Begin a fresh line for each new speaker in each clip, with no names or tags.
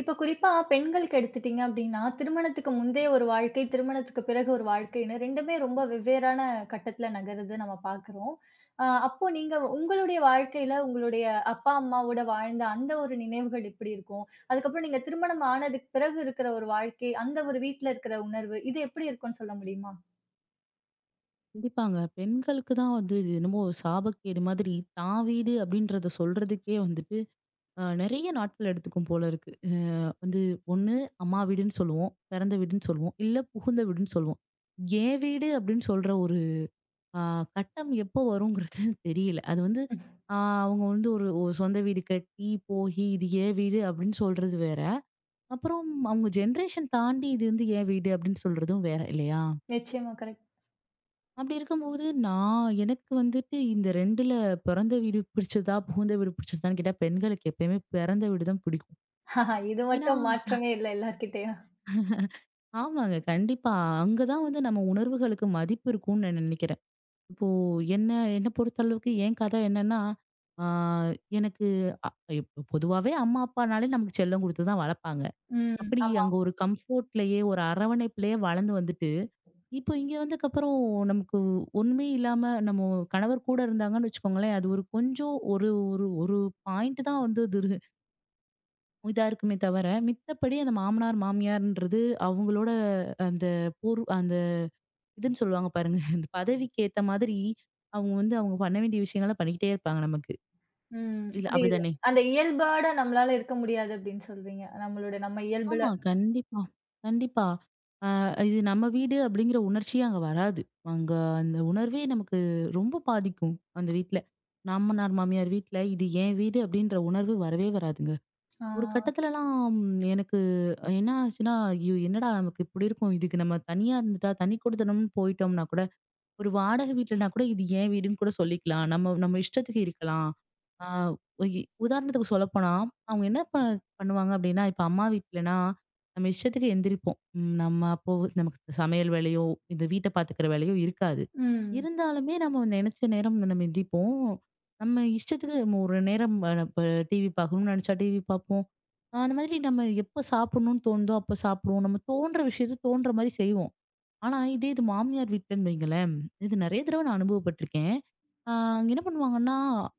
இப்ப குறிப்பா பெண்களுக்கு எடுத்துட்டீங்க அப்படின்னா, திருமணத்துக்கு முந்தைய ஒரு வாழ்க்கை, திருமணத்துக்கு பிறகு ஒரு வாழ்க்கைன்னு 2மே ரொம்ப வெவ்வேறான கட்டத்துல நகருது நம்ம பார்க்கிறோம். அப்போ நீங்க உங்களுடைய வாழ்க்கையில உங்களுடைய அப்பா, அம்மாவோட வாழ்ந்த அந்த ஒரு நினைவுகள் எப்படி இருக்கும்? அதுக்கப்புறம் நீங்க திருமணம் ஆனதுக்கு பிறகு இருக்கிற ஒரு வாழ்க்கை, அந்த ஒரு வீட்ல இருக்கிற உணர்வு, இது எப்படி இருக்கும்னு சொல்ல முடியுமா?
கண்டிப்பாங்க. பெண்களுக்கு தான் வந்து இது என்னமோ ஒரு சாபக்கேடு மாதிரி, தான் வீடு அப்படின்றத சொல்றதுக்கே வந்துட்டு, நெறைய நாட்கள் எடுத்துக்கும் போல இருக்கு. வந்து ஒண்ணு அம்மா வீடுன்னு சொல்லுவோம், பிறந்த வீடுன்னு சொல்லுவோம், இல்ல புகுந்த வீடுன்னு சொல்லுவோம். என் வீடு அப்படின்னு சொல்ற ஒரு அ கட்டம் எப்போ வருங்கிறது தெரியல. அது வந்து அ அவங்க வந்து ஒரு ஒரு சொந்த வீடு கட்டி, போகி இது என் வீடு அப்படின்னு சொல்றது வேற. அப்புறம் அவங்க ஜெனரேஷன் தாண்டி இது வந்து என் வீடு அப்படின்னு சொல்றதும் வேற இல்லையா?
நிச்சயமா கரெக்ட்.
அப்படி இருக்கும்போது, நான் எனக்கு வந்துட்டு இந்த 2ல பிறந்த வீடு பிடிச்சதா? புகுந்த வீடு பிடிச்சதான்னு கேட்டா, பெண்களுக்கு எப்பயுமே பிறந்த வீடு தான் பிடிக்கும்.
இது
ஏன்னா
மட்டும் மாற்றமே இல்ல எல்லார்கிட்டயும்.
ஆமாங்க. கண்டிப்பா. அங்க தான் வந்து நம்ம உணர்வுகளுக்கு மதிப்பு இருக்கும்னு நான் நினைக்கிறேன். இப்போ என்ன என்ன பொறுத்தளவுக்கு என் கதை என்னன்னா, ஆ எனக்கு அ இப்ப பொதுவாவே அம்மா, அப்பானாலே நமக்கு செல்லம் குடுத்து தான் வளர்ப்பாங்க.
ம்.
அப்படி
ஆமா.
அங்க ஒரு கம்ஃபோர்ட்லயே, ஒரு அரவணைப்பிலேயே வளர்ந்து வந்துட்டு இப்போ இங்க வந்ததுக்கப்புறம் நமக்கு ஒண்ணுமே இல்லாம நம்ம கணவர் கூட இருந்தாங்கன்னு வச்சுக்கோங்களேன், அது ஒரு கொஞ்சம் ஒரு ஒரு ஒரு பாயிண்ட் தான் வந்து இது இதா இருக்குமே தவிர, மித்தபடி அந்த மாமனார், மாமியார்ன்றது அவங்களோட அந்த போர் அந்த இதுன்னு சொல்லுவாங்க பாருங்க. அந்த பதவிக்கு ஏத்த மாதிரி அவங்க வந்து அவங்க பண்ண வேண்டிய விஷயங்கள பண்ணிக்கிட்டே இருப்பாங்க நமக்கு.
ம்.
இல்ல
புரியுது.
அப்படிதானே?
அந்த இயல்போட நம்மளால இருக்க முடியாது அப்படின்னு சொல்றீங்க. நம்மளோட நம்ம இயல்புல
ஆமா. கண்டிப்பா, கண்டிப்பா. அ இது நம்ம வீடு அப்படிங்கிற உணர்ச்சியே அங்க வராது. அங்க அந்த உணர்வே நமக்கு ரொம்ப பாதிக்கும், அந்த வீட்ல. மாமனார், மாமியார் வீட்ல இது என் வீடு அப்படின்ற உணர்வு வரவே வராதுங்க.
ஆ,
ஒரு கட்டத்துலலாம் எனக்கு என்ன ஆச்சுன்னா, ஐயோ! என்னடா நமக்கு இப்படி இருக்கும். இதுக்கு நம்ம தனியா இருந்துட்டா, தனி குடித்தனம்னு போயிட்டோம்னா கூட, ஒரு வாடகை வீட்லனா கூட இது என் வீடுன்னு கூட சொல்லிக்கலாம். நம்ம நம்ம இஷ்டத்துக்கு இருக்கலாம். ஆ இ உதாரணத்துக்கு சொல்லப்போனா, அவங்க என்ன பண்ணுவாங்க அப்டின்னா, இப்ப அம்மா வீட்லனா, நம்ம இஷ்டத்துக்கு எந்திரிப்போம். நம்ம அப்போ நமக்கு சமையல் வேலையோ, இந்த வீட்ட பாத்துக்கிற வேலையோ இருக்காது.
ம்.
இருந்தாலுமே நம்ம நெனச்ச நேரம் நம்ம எந்திரிப்போம். நம்ம இஷ்டத்துக்கு நம்ம ஒரு நேரம் இப்ப டிவி பாக்கணும்னு நெனச்சா டிவி பாப்போம். அந்த மாதிரி நம்ம எப்ப சாப்பிடணும்னு தோணுதோ, அப்ப சாப்பிடுவோம். நம்ம தோன்ற விஷயத்த தோன்ற மாரி செய்வோம். ஆனா இதே இது மாமியார் வீட்டுன்னு வைங்களேன், இது நெறைய தடவ நான் அனுபவப்பட்டுருக்கேன். ஆ அங்க என்ன பண்ணுவாங்கன்னா,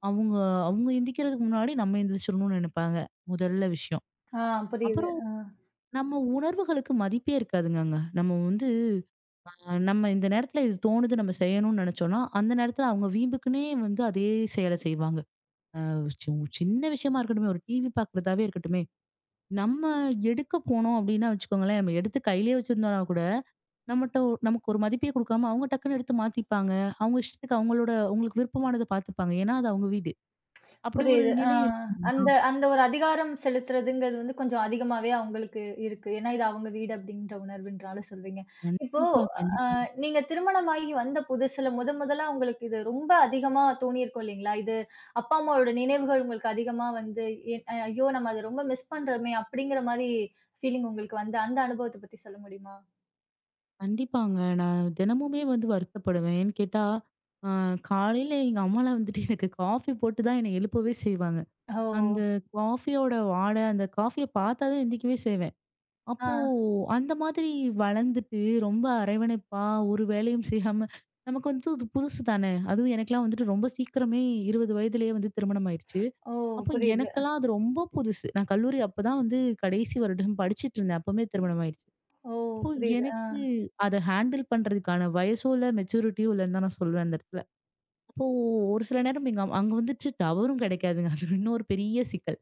அவங்க அவங்க எந்திரிக்கிறதுக்கு முன்னாடி நம்ம எந்திரிச்சிரணும்னு நெனைப்பாங்க, முதல்ல விஷயம்.
ஆ, புரியுது.
அப்புறம்
ஆ,
நம்ம உணர்வுகளுக்கு மதிப்பே இருக்காதுங்க அங்க. நம்ம வந்து நம்ம இந்த நேரத்துல இது தோணுது நம்ம செய்யணும்னு நெனச்சோம்னா, அந்த நேரத்துல அவங்க வீம்புக்குன்னே வந்து அதே செயல செய்வாங்க. அ சி சின்ன விஷயமா இருக்கட்டுமே, ஒரு டிவி பாக்குறதாவே இருக்கட்டுமே, நம்ம எடுக்க போனோம் அப்டின்னா வச்சுக்கோங்களேன், நம்ம எடுத்து கையிலேயே வச்சிருந்தோம்னா கூட, நமக்கு ஒரு மதிப்பே குடுக்காம, அவங்க டக்குன்னு எடுத்து மாத்திப்பாங்க. அவங்க இஷ்டத்துக்கு அவங்களோட அவங்களுக்கு விருப்பமானத பார்த்துப்பாங்க. ஏன்னா, அது அவங்க வீடு. அப்படி ஒரு
புரியுது.
நிலை இருக்குங்களா?
அந்த அந்த ஒரு அதிகாரம் செலுத்துறதுங்கிறது வந்து கொஞ்சம் அதிகமாவே அவங்களுக்கு இருக்கு. ஏன்னா, இது அவங்க வீடு அப்படின்ற உணர்வுன்றனால சொல்றீங்க. இப்போ
கண்டிப்பா, கண்டிப்பா.
நீங்க திருமணமாகி வந்த புதுசுல முதன் முதலா உங்களுக்கு இது ரொம்ப அதிகமா தோணியிருக்கும் இல்லைங்களா? இது அப்பா, அம்மாவோட நினைவுகள் உங்களுக்கு அதிகமா வந்து, எ ஐயோ! நம்ம அத ரொம்ப மிஸ் பண்றோமே! அப்படிங்கிற மாரி ஃபீலிங் உங்களுக்கு வந்து அந்த அனுபவத்த பத்தி சொல்ல முடியுமா?
கண்டிப்பாங்க. நான் தினமுமே வந்து வருத்தப்படுவேன். ஏன்னு கேட்டா, அ காலையில எங்க அம்மாலாம் வந்துட்டு எனக்கு காஃபி போட்டு தான் என்னை எழுப்பவே செய்வாங்க.
ஓ!
அந்த காஃபியோட வாடை, அந்த காஃபிய பார்த்தா தான் எந்திரிக்கவே செய்வேன்.
ஆ.
அப்போ அந்த மாதிரி வளர்ந்துட்டு ரொம்ப அரவணைப்பா ஒரு வேலையும் செய்யாம நமக்கு வந்து இது புதுசு தானே. அதுவும் எனக்கெல்லாம் வந்துட்டு ரொம்ப சீக்கிரமே 20 வயதிலேயே வந்து திருமணம் ஆயிருச்சு.
ஓ!
அப்போ
புரியுது.
எனக்கெல்லாம் அது ரொம்ப புதுசு. நான் கல்லூரி அப்பதான் வந்து கடைசி வருடம் படிச்சுட்டு இருந்தேன். அப்பவுமே திருமணம் ஆயிருச்சு.
ஓ!
அப்போ
புரியுது. ஆ.
எனக்கு அத ஹேண்டில் பண்றதுக்கான வயசோ இல்ல மெச்சூரிட்டியோ இல்லன்னு தான் நான் சொல்வேன் அந்த இடத்துல. அப்போ ஒரு சில நேரம் அங்க வந்துட்டு டவரும் கிடைக்காதுங்க. அது இன்னொரு பெரிய சிக்கல்.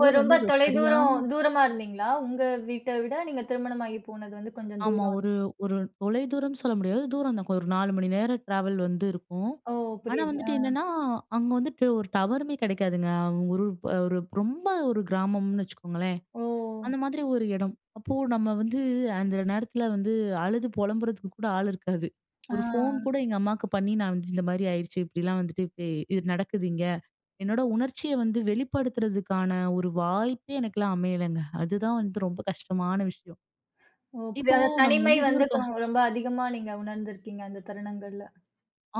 ஓ!
ஊர்
ரொம்ப
வந்து சரியான
தொலைதூரம் தூரமா இருந்தீங்களா? உங்க வீட்ட விட நீங்க திருமணமாகி போனது வந்து கொஞ்சம்
ஆமா.
தூரம்.
ஒரு ஒரு தொலைதூரம் சொல்ல முடியாது. தூரம் தான். ஒரு 4 மணி நேரம் டிராவல் வந்து இருக்கும்.
ஓ!
ஆனா
புரியுது. அ.
வந்துட்டு என்னன்னா, அங்க வந்துட்டு ஒரு டவருமே கிடைக்காதுங்க. அவங்க ஒரு ஒரு ரொம்ப ஒரு கிராமம்னு வச்சுக்கோங்களேன்.
ஓ!
அந்த மாதிரி ஒரு இடம். அப்போ நம்ம வந்து அந்த நேரத்துல வந்து அழுது புலம்புறதுக்கு கூட ஆள் இருக்காது.
ஆ.
ஒரு ஃபோன் கூட எங்க அம்மாவுக்கு பண்ணி நான் வந்து இந்த மாதிரி ஆயிடுச்சு. இப்படிலாம் வந்துட்டு இப்படி இது நடக்குது இங்க. என்னோட உணர்ச்சிய வந்து வெளிப்படுத்துறதுக்கான ஒரு வாய்ப்பே எனக்கெல்லாம் அமையலைங்க. அதுதான் வந்து ரொம்ப கஷ்டமான விஷயம்.
ஓ! புரியுது.
இப்போ
அந்த
நம்ம
தனிமை
வந்து இது
வந்து
ஒரு
ரொம்ப அதிகமா நீங்க உணர்ந்திருக்கீங்க அந்த தருணங்கள்ல.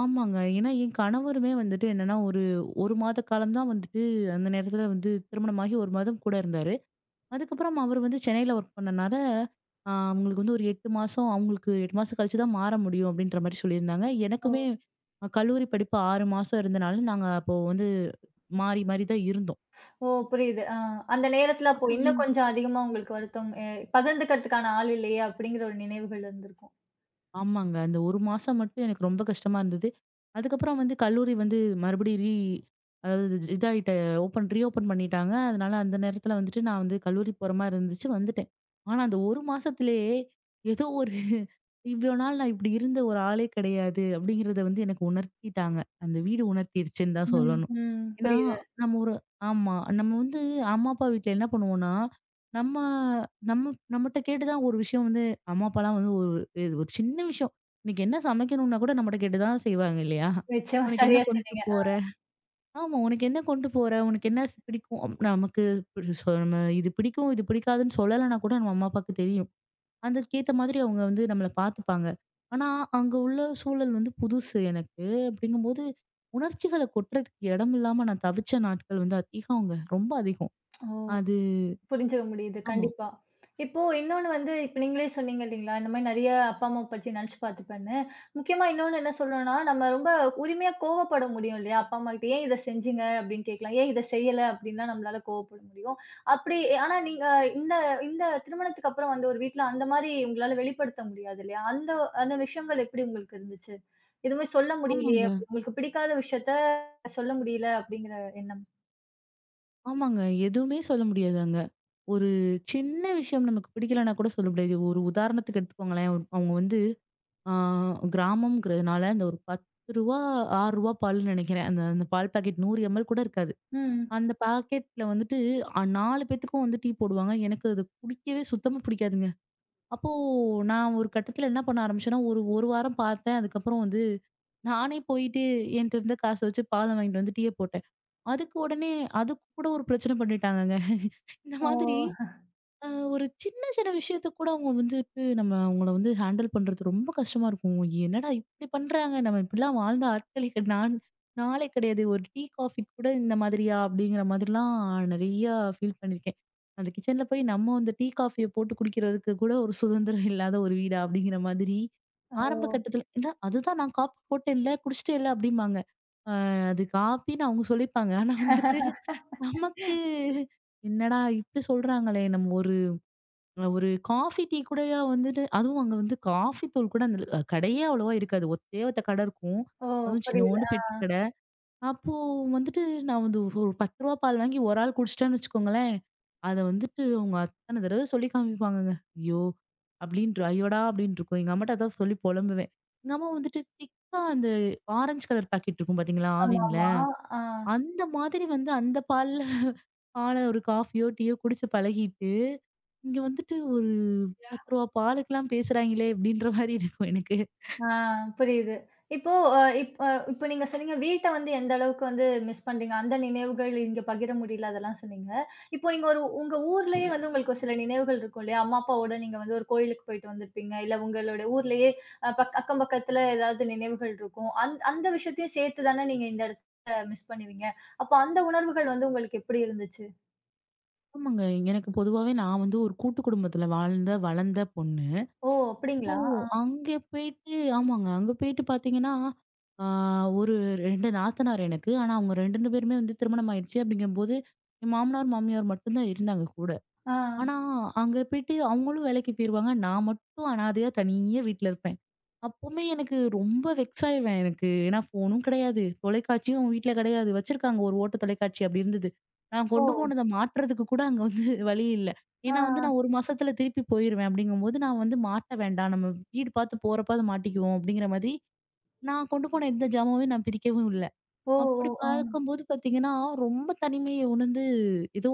ஆமாங்க. ஏன்னா, என் கணவருமே வந்துட்டு என்னன்னா, ஒரு 1 மாத காலம் தான் வந்துட்டு அந்த நேரத்துல வந்து திருமணமாகி 1 மாதம் கூட இருந்தாரு. அதுக்கப்புறம் அவரு வந்து சென்னையில ஒர்க் பண்ணனால, அவங்களுக்கு வந்து ஒரு 8 மாசம் அவங்களுக்கு 8 மாசம் கழிச்சு தான் மாற முடியும் அப்படின்ற மாரி சொல்லியிருந்தாங்க.
ஓ!
எனக்குமே கல்லூரி படிப்பு 6 மாசம் இருந்தனால, நாங்க அப்போ வந்து மாறி மாறி தான் இருந்தோம்.
ஓ! புரியுது. ஆ. அந்த நேரத்துல அப்போ
அப்ப
இன்னும் கொஞ்சம் அதிகமா உங்களுக்கு வருத்தம் பகிர்ந்துக்கிறதுக்கான ஆள் இல்லையே! அப்படிங்கிற ஒரு நினைவுகள் இருந்திருக்கும்.
ஆமாங்க. அந்த 1 மாசம் மட்டும் எனக்கு ரொம்ப கஷ்டமா இருந்தது. அதுக்கப்புறம் வந்து கல்லூரி வந்து மறுபடியும் அதாவது இதாயிட்ட ஓப்பன் ரீ ஓப்பன் பண்ணிட்டாங்க. அதனால அந்த நேரத்துல வந்துட்டு நான் வந்து கல்லூரி போற மாரி இருந்துச்சு, வந்துட்டேன். ஆனா அந்த 1 மாசத்திலேயே ஏதோ ஒரு இவ்ளோ நாள் நான் இப்படி இருந்த ஒரு ஆளே கிடையாது, அப்படிங்கிறத வந்து எனக்கு உணர்த்திட்டாங்க. அந்த வீடு உணர்த்திருச்சுன்னு தான்
ம்,
சொல்லணும்.
ம்.
ஏன்னா,
புரியுது.
நம்ம ஒரு ஆமா. நம்ம வந்து அம்மா, அப்பா வீட்ல என்ன பண்ணுவோம்னா, நம்ம நம்ம நம்மட்ட கேட்டு தான் ஒரு விஷயம் வந்து அம்மா, அப்பாலாம் வந்து ஒரு இது ஒரு சின்ன விஷயம். இன்னைக்கு என்ன சமைக்கணும்னா கூட நம்மட்ட கேட்டு தான் செய்வாங்க இல்லையா?
நிச்சயமா
"உனக்கு என்ன
சரியா
கொண்டு
சொன்னீங்க.
போற?" ஆமா. "உனக்கு என்ன கொண்டு போற? உனக்கு என்ன பிடிக்கும்?" நமக்கு பிடி சொ நம்ம இது பிடிக்கும், இது பிடிக்காதுன்னு சொல்லலைன்னா கூட நம்ம அம்மா, அப்பாவுக்கு தெரியும். அதுக்கேத்த மாதிரி அவங்க வந்து நம்மள பார்த்துப்பாங்க. ஆனா, அங்க உள்ள சூழல் வந்து புதுசு எனக்கு. அப்படிங்கும்போது, உணர்ச்சிகள கொட்டுறதுக்கு இடம் இல்லாம நான் தவிச்ச நாட்கள் வந்து அதிகங்க. ரொம்ப அதிகம்.
ஓ!
அது
புரிஞ்சுக்க முடியுது.
ஆமா.
கண்டிப்பா. இப்போ இன்னொன்னு வந்து இப்ப நீங்களே சொன்னீங்க இல்லீங்களா? இந்த மாரி நெறைய அப்பா, அம்மாவ பத்தி நெனச்சு பார்த்துப்பேன்னு. முக்கியமா இன்னொன்னு என்ன சொல்லணும்னா, நம்ம ரொம்ப உரிமையா கோவப்பட முடியும் இல்லையா? அப்பா, அம்மாகிட்ட "ஏன் இத செஞ்சீங்க?" அப்படின்னு கேட்கலாம். "ஏன் இத செய்யல?" அப்படின்லாம் நம்மளால கோவப்பட முடியும். அப்படி ஆனா நீங்க இந்த இந்த திருமணத்துக்கு அப்புறம் வந்த ஒரு வீட்ல அந்த மாரி உங்களால வெளிப்படுத்த முடியாது இல்லையா? அந்த அந்த விஷயங்கள் எப்படி உங்களுக்கு இருந்துச்சு? எதுவுமே சொல்ல முடியலையே,
ஆமாங்க.
அப்படி உங்களுக்கு பிடிக்காத விஷயத்த சொல்ல முடியல அப்படிங்கிற எண்ணம்.
ஆமாங்க. எதுவுமே சொல்ல முடியாது அங்க. ஒரு சின்ன விஷயம் நமக்கு பிடிக்கலன்னா கூட சொல்ல முடியாது. ஒரு உதாரணத்துக்கு எடுத்துக்கோங்களேன். அவங்க வந்து ஆ கிராமம்ங்கிறதுனால அந்த ஒரு ரூ. 10 ரூ. 6 பால்ன்னு நினைக்கிறேன். அந்த அந்த பால் பாக்கெட் 100 எம்எல் கூட இருக்காது.
ம்.
அந்த பாக்கெட்ல வந்துட்டு 4 பேத்துக்கும் வந்து டீ போடுவாங்க. எனக்கு அது குடிக்கவே சுத்தமா பிடிக்காதுங்க. அப்போ நான் ஒரு கட்டத்துல என்ன பண்ண ஆரம்பிச்சேன்னா, ஒரு 1 வாரம் பார்த்தேன். அதுக்கப்புறம் வந்து நானே போயிட்டு என்ட்ட இருந்த காச வச்சு பால வாங்கிட்டு வந்து டீய போட்டேன். அதுக்கு உடனே அதுக்கு கூட ஒரு பிரச்சனை பண்ணிட்டாங்கங்க. இந்த
ஓ!
மாதிரி அ ஒரு சின்ன சின்ன விஷயத்துக்கு கூட அவங்க வந்துட்டு நம்ம அவங்கள வந்து ஹேண்டில் பண்றது ரொம்ப கஷ்டமா இருக்கும். என்னடா இப்படி பண்றாங்க? நம்ம இப்படிலாம் வாழ்ந்த ஆட்களே கிடை நான் நாளே கிடையாது. ஒரு டீ, காஃபி கூட இந்த மாதிரியா? அப்படிங்கிற மாதிரிலாம் நெறையா ஃபீல் பண்ணியிருக்கேன். அந்த கிச்சன்ல போய் நம்ம அந்த டீ, காஃபிய போட்டு குடிக்கிறதுக்கு கூட ஒரு சுதந்திரம் இல்லாத ஒரு வீடா? அப்படிங்கிற மாதிரி ஆரம்ப
ஓ!
கட்டத்தில இல்ல அதுதான் நான் காப்பி போட்டேன்ல, குடிச்சிட்டேல்ல அப்படிம்பாங்க. அ அது காப்பின்னு அவங்க சொல்லிப்பாங்க. ஆனா வந்துட்டு நமக்கு என்னடா இப்படி சொல்றாங்களே! நம்ம ஒரு ஒரு காஃபி, டீ கூடயா வந்துட்டு அதுவும் அங்க வந்து காஃபி தூள் கூட அந்த கடையே அவ்வளவா இருக்காது. ஒத்தே ஒத்த கடை இருக்கும்.
ஓ!
அதுவும்
புரியுது.
சின்னோண்டு
ஆ.
பெட்டி கடை. அப்போ வந்துட்டு நான் வந்து ஒரு ரூ. 10 பால் வாங்கி ஒரு ஆள் குடிச்சிட்டேன்னு வச்சுக்கோங்களேன், அத வந்துட்டு அவங்க அத்தன தடவ சொல்லி காமிப்பாங்கங்க. ஐயோ! அப்படின்ற ஐயோடா! அப்படின்னு இருக்கும். எங்க அம்மாட்ட அதான் சொல்லி புலம்புவேன். எங்க அம்மா வந்துட்டு திக்கா அந்த ஆரஞ்சு கலர் பாக்கெட் இருக்கும் பாத்தீங்களா? ஆவின்ல.
ஆமாமா. ஆ,
அந்த மாதிரி வந்து அந்த பால்ல பால ஒரு காஃபியோ, டீயோ குடிச்சு பழகிட்டு இங்க வந்துட்டு ஒரு ரூ. 10 பாலுக்கெல்லாம் பேசுறாங்களே! அப்டின்ற மாரி இருக்கும் எனக்கு.
ஆ, புரியுது. இப்போ அ இப் அ இப்போ நீங்க சொன்னீங்க வீட்ட வந்து எந்த அளவுக்கு வந்து மிஸ் பண்றீங்க? அந்த நினைவுகள் இங்க பகிர முடியல அதெல்லாம் சொன்னீங்க. இப்போ நீங்க ஒரு உங்க ஊர்லயே வந்து உங்களுக்கு சில நினைவுகள் இருக்கும் இல்லையா? அம்மா, அப்பாவோட நீங்க வந்து ஒரு கோயிலுக்கு போயிட்டு வந்திருப்பீங்க. இல்ல உங்களுடைய ஊர்லயே அ பக் அக்கம் பக்கத்துல ஏதாவது நினைவுகள் இருக்கும். அந்த விஷயத்தையும் சேர்த்து தானே நீங்க இந்த இடத்த மிஸ் பண்ணுவீங்க. அப்போ அந்த உணர்வுகள் வந்து உங்களுக்கு எப்படி இருந்துச்சு?
ஆமாங்க. எனக்கு பொதுவாவே நான் வந்து ஒரு கூட்டு குடும்பத்துல வாழ்ந்த, வளர்ந்த பொண்ணு.
ஓ!
அப்போ
அப்படிங்களா?
அங்கே போயிட்டு ஆமாங்க. அங்க போயிட்டு பார்த்தீங்கன்னா, ஆ ஒரு 2 நாத்தனார் எனக்கு. ஆனா அவங்க 2 பேருமே வந்து திருமணம் ஆயிடுச்சு. அப்டிங்கும்போது, என் மாமனார், மாமியார் மட்டும் தான் இருந்தாங்க கூட.
ஆ.
ஆனா, அங்க போயிட்டு அவங்களும் வேலைக்கு போயிருவாங்க. நான் மட்டும் அனாதையா தனியா வீட்ல இருப்பேன். அப்பவுமே எனக்கு ரொம்ப வெக்ஸ் ஆயிருவேன் எனக்கு. ஏன்னா ஃபோனும் கிடையாது, தொலைக்காட்சியும் அவங்க வீட்ல கிடையாது. வச்சிருக்காங்க ஒரு ஓட்ட தொலைக்காட்சி அப்படி இருந்தது. நான்
ஓ!
கொண்டு போனத மாட்டுறதுக்கு கூட அங்க வந்து வழி இல்ல.
ஆ.
ஏன்னா வந்து நான் 1 மாசத்துல திருப்பி போயிருவேன். அப்படிங்கும்போது நான் வந்து மாட்ட வேண்டாம். நம்ம வீடு பார்த்து போறப்ப அத மாட்டிக்குவோம் அப்படிங்கிற மாதிரி, நான் கொண்டு போன எந்த ஜாமாவையும் நான் பிரிக்கவும் இல்ல.
ஓ! ஓ!
அப்படி
ஆ.
பார்க்கும்போது பார்த்தீங்கன்னா, ரொம்ப தனிமைய உணர்ந்து ஏதோ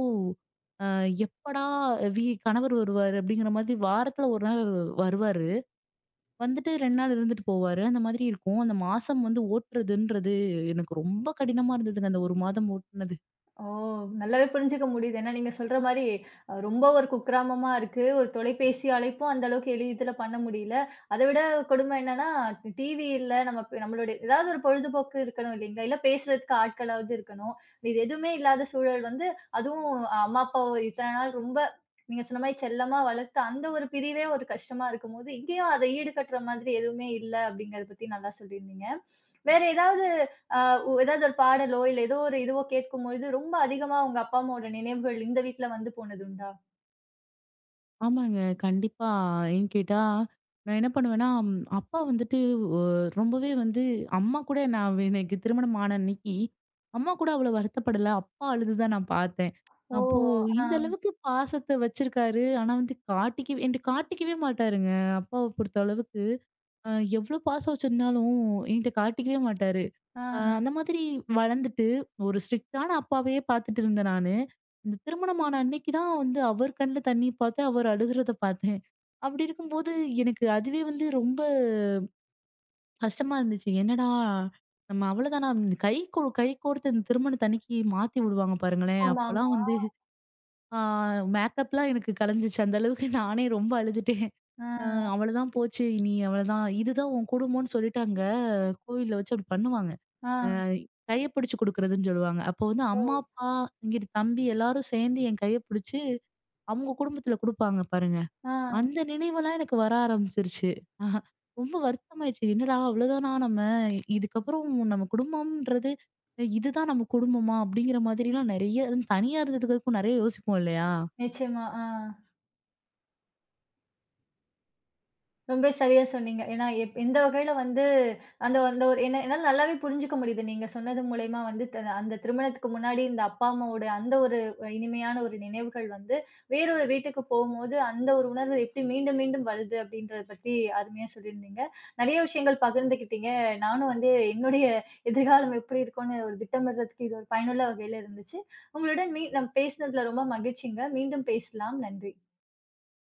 அ எப்படா கணவர் வருவாரு அப்படிங்கிற மாதிரி வாரத்துல 1 நாள் வருவாரு. வந்துட்டு 2 நாள் இருந்துட்டு போவாரு. அந்த மாதிரி இருக்கும். அந்த மாசம் வந்து ஓட்டுறதுன்றது எனக்கு ரொம்ப கடினமா இருந்ததுங்க. அந்த 1 மாதம் ஓட்டுனது.
ஓ! நல்லாவே புரிஞ்சுக்க முடியுது. ஏன்னா, நீங்க சொல்ற மாரி ரொம்ப ஒரு குக்கிராமமா இருக்கு. ஒரு தொலைபேசி அழைப்பும் அந்த அளவுக்கு எளிதில பண்ண முடியல. அத விட கொடுமை என்னன்னா, டிவி இல்ல. நம்ம இப்ப நம்மளுடைய ஏதாவது ஒரு பொழுதுபோக்கு இருக்கணும் இல்லைங்களா? இல்ல பேசுறதுக்கு ஆட்களாவது இருக்கணும். இது எதுவுமே இல்லாத சூழல் வந்து அதுவும் அம்மா, அப்பாவ இத்தன நாள் ரொம்ப நீங்க சொன்ன மாரி செல்லமா வளர்த்த அந்த ஒரு பிரிவே ஒரு கஷ்டமா இருக்கும்போது, இங்கேயும் அத ஈடுகட்டுற மாதிரி எதுவுமே இல்ல அப்படிங்கிறத பத்தி நல்லா சொல்லியிருந்தீங்க. வேற ஏதாவது ஆ ஒ ஏதாவது ஒரு பாடலோ, இல்ல ஏதோ ஒரு இதுவோ கேட்கும்பொழுது, ரொம்ப அதிகமா உங்க அப்பா, அம்மாவோட நினைவுகள் இந்த வீட்ல வந்து போனதுண்டா?
ஆமாங்க. கண்டிப்பா. ஏன்னு கேட்டா, நான் என்ன பண்ணுவேன்னா, அப்பா வந்துட்டு ஒ ரொம்பவே வந்து அம்மா கூட நான் எனக்கு திருமணம் ஆன அன்னைக்கு, அம்மா கூட அவ்வளோ வருத்தப்படல. அப்பா அழுதுதான் நான் பார்த்தேன்.
ஓ!
அப்போ
ஆ,
இந்த அளவுக்கு பாசத்த வச்சிருக்காரு. ஆனா வந்து காட்டிக்கவே மாட்டாருங்க. அப்பாவ பொறுத்த அளவுக்கு, அ எவ்வளோ பாசம் வச்சிருந்தாலும் என்ட்ட காட்டிக்கவே மாட்டாரு.
ஆ.
அந்த மாதிரி வளர்ந்துட்டு, ஒரு ஸ்ட்ரிக்ட்டான அப்பாவையே பார்த்துட்டு இருந்தேன் நானு. இந்த திருமணமான அன்னைக்கு தான் வந்து அவர் கண்ல தண்ணீ பார்த்தேன். அவர் அழுகுறத பார்த்தேன். அப்படி இருக்கும்போது எனக்கு அதுவே வந்து ரொம்ப கஷ்டமா இருந்துச்சு. என்னடா! நம்ம அவ்வளோதானா? கை கோர்த்து இந்த திருமணத்து அன்னைக்கு மாத்தி விடுவாங்க பாருங்களேன். அப்பலாம்
ஆமாமா.
வந்து ஆ மேக்கப்லாம் எனக்கு கலைஞ்சிச்சு. அந்த அளவுக்கு நானே ரொம்ப அழுதுட்டேன்.
ஆ,
அ அவ்வளோதான் போச்சு. இனி அவ்வளோதான். இதுதான் உன் குடும்பம்னு சொல்லிட்டாங்க. கோவில்ல வச்சு அப்படி பண்ணுவாங்க.
ஆ,
அ கைய பிடிச்சு குடுக்குறதுன்னு சொல்லுவாங்க. அப்போ வந்து அம்மா,
ஓ!
அப்பா, இங்கிட்டு தம்பி எல்லாரும் சேர்ந்து என் கைய பிடிச்சு, அவங்க குடும்பத்துல குடுப்பாங்க பாருங்க.
ஆ.
அந்த நினைவெல்லாம் எனக்கு வர ஆரம்பிச்சுருச்சு. ரொம்ப வருத்தமாயிருச்சு. என்னடா அவ்வளோதானா நம்ம? இதுக்கப்புறம் நம்ம குடும்பம்ன்றது, இதுதான் நம்ம குடும்பமா? அப்படிங்கிற மாதிரிலாம் நெறைய அதுவும் தனியா இருந்ததுக்கும் நெறைய யோசிப்போம் இல்லையா?
நிச்சயமா. ஆ. ரொம்ப சரியா சொன்னீங்க. ஏன்னா, எந்த வகையில வந்து அந்த அந்த ஒரு என்னால நல்லாவே புரிஞ்சுக்க முடியுது. நீங்க சொன்னது மூலியமா வந்து அந்த திருமணத்துக்கு முன்னாடி இந்த அப்பா, அம்மாவோட அந்த ஒரு இனிமையான ஒரு நினைவுகள் வந்து, வேறொரு வீட்டுக்கு போகும்போது, அந்த ஒரு உணர்வு எப்படி மீண்டும் மீண்டும் வருது அப்படின்றத பத்தி அருமையா சொல்லியிருந்தீங்க. நெறைய விஷயங்கள் பகிர்ந்துக்கிட்டீங்க. நானும் வந்து என்னுடைய எதிர்காலம் எப்படி இருக்கும்னு ஒரு திட்டமிடுறதுக்கு இது ஒரு பயனுள்ள வகையில இருந்துச்சு. உங்களுடன் நம்ம பேசினதுல ரொம்ப மகிழ்ச்சிங்க. மீண்டும் பேசலாம். நன்றி.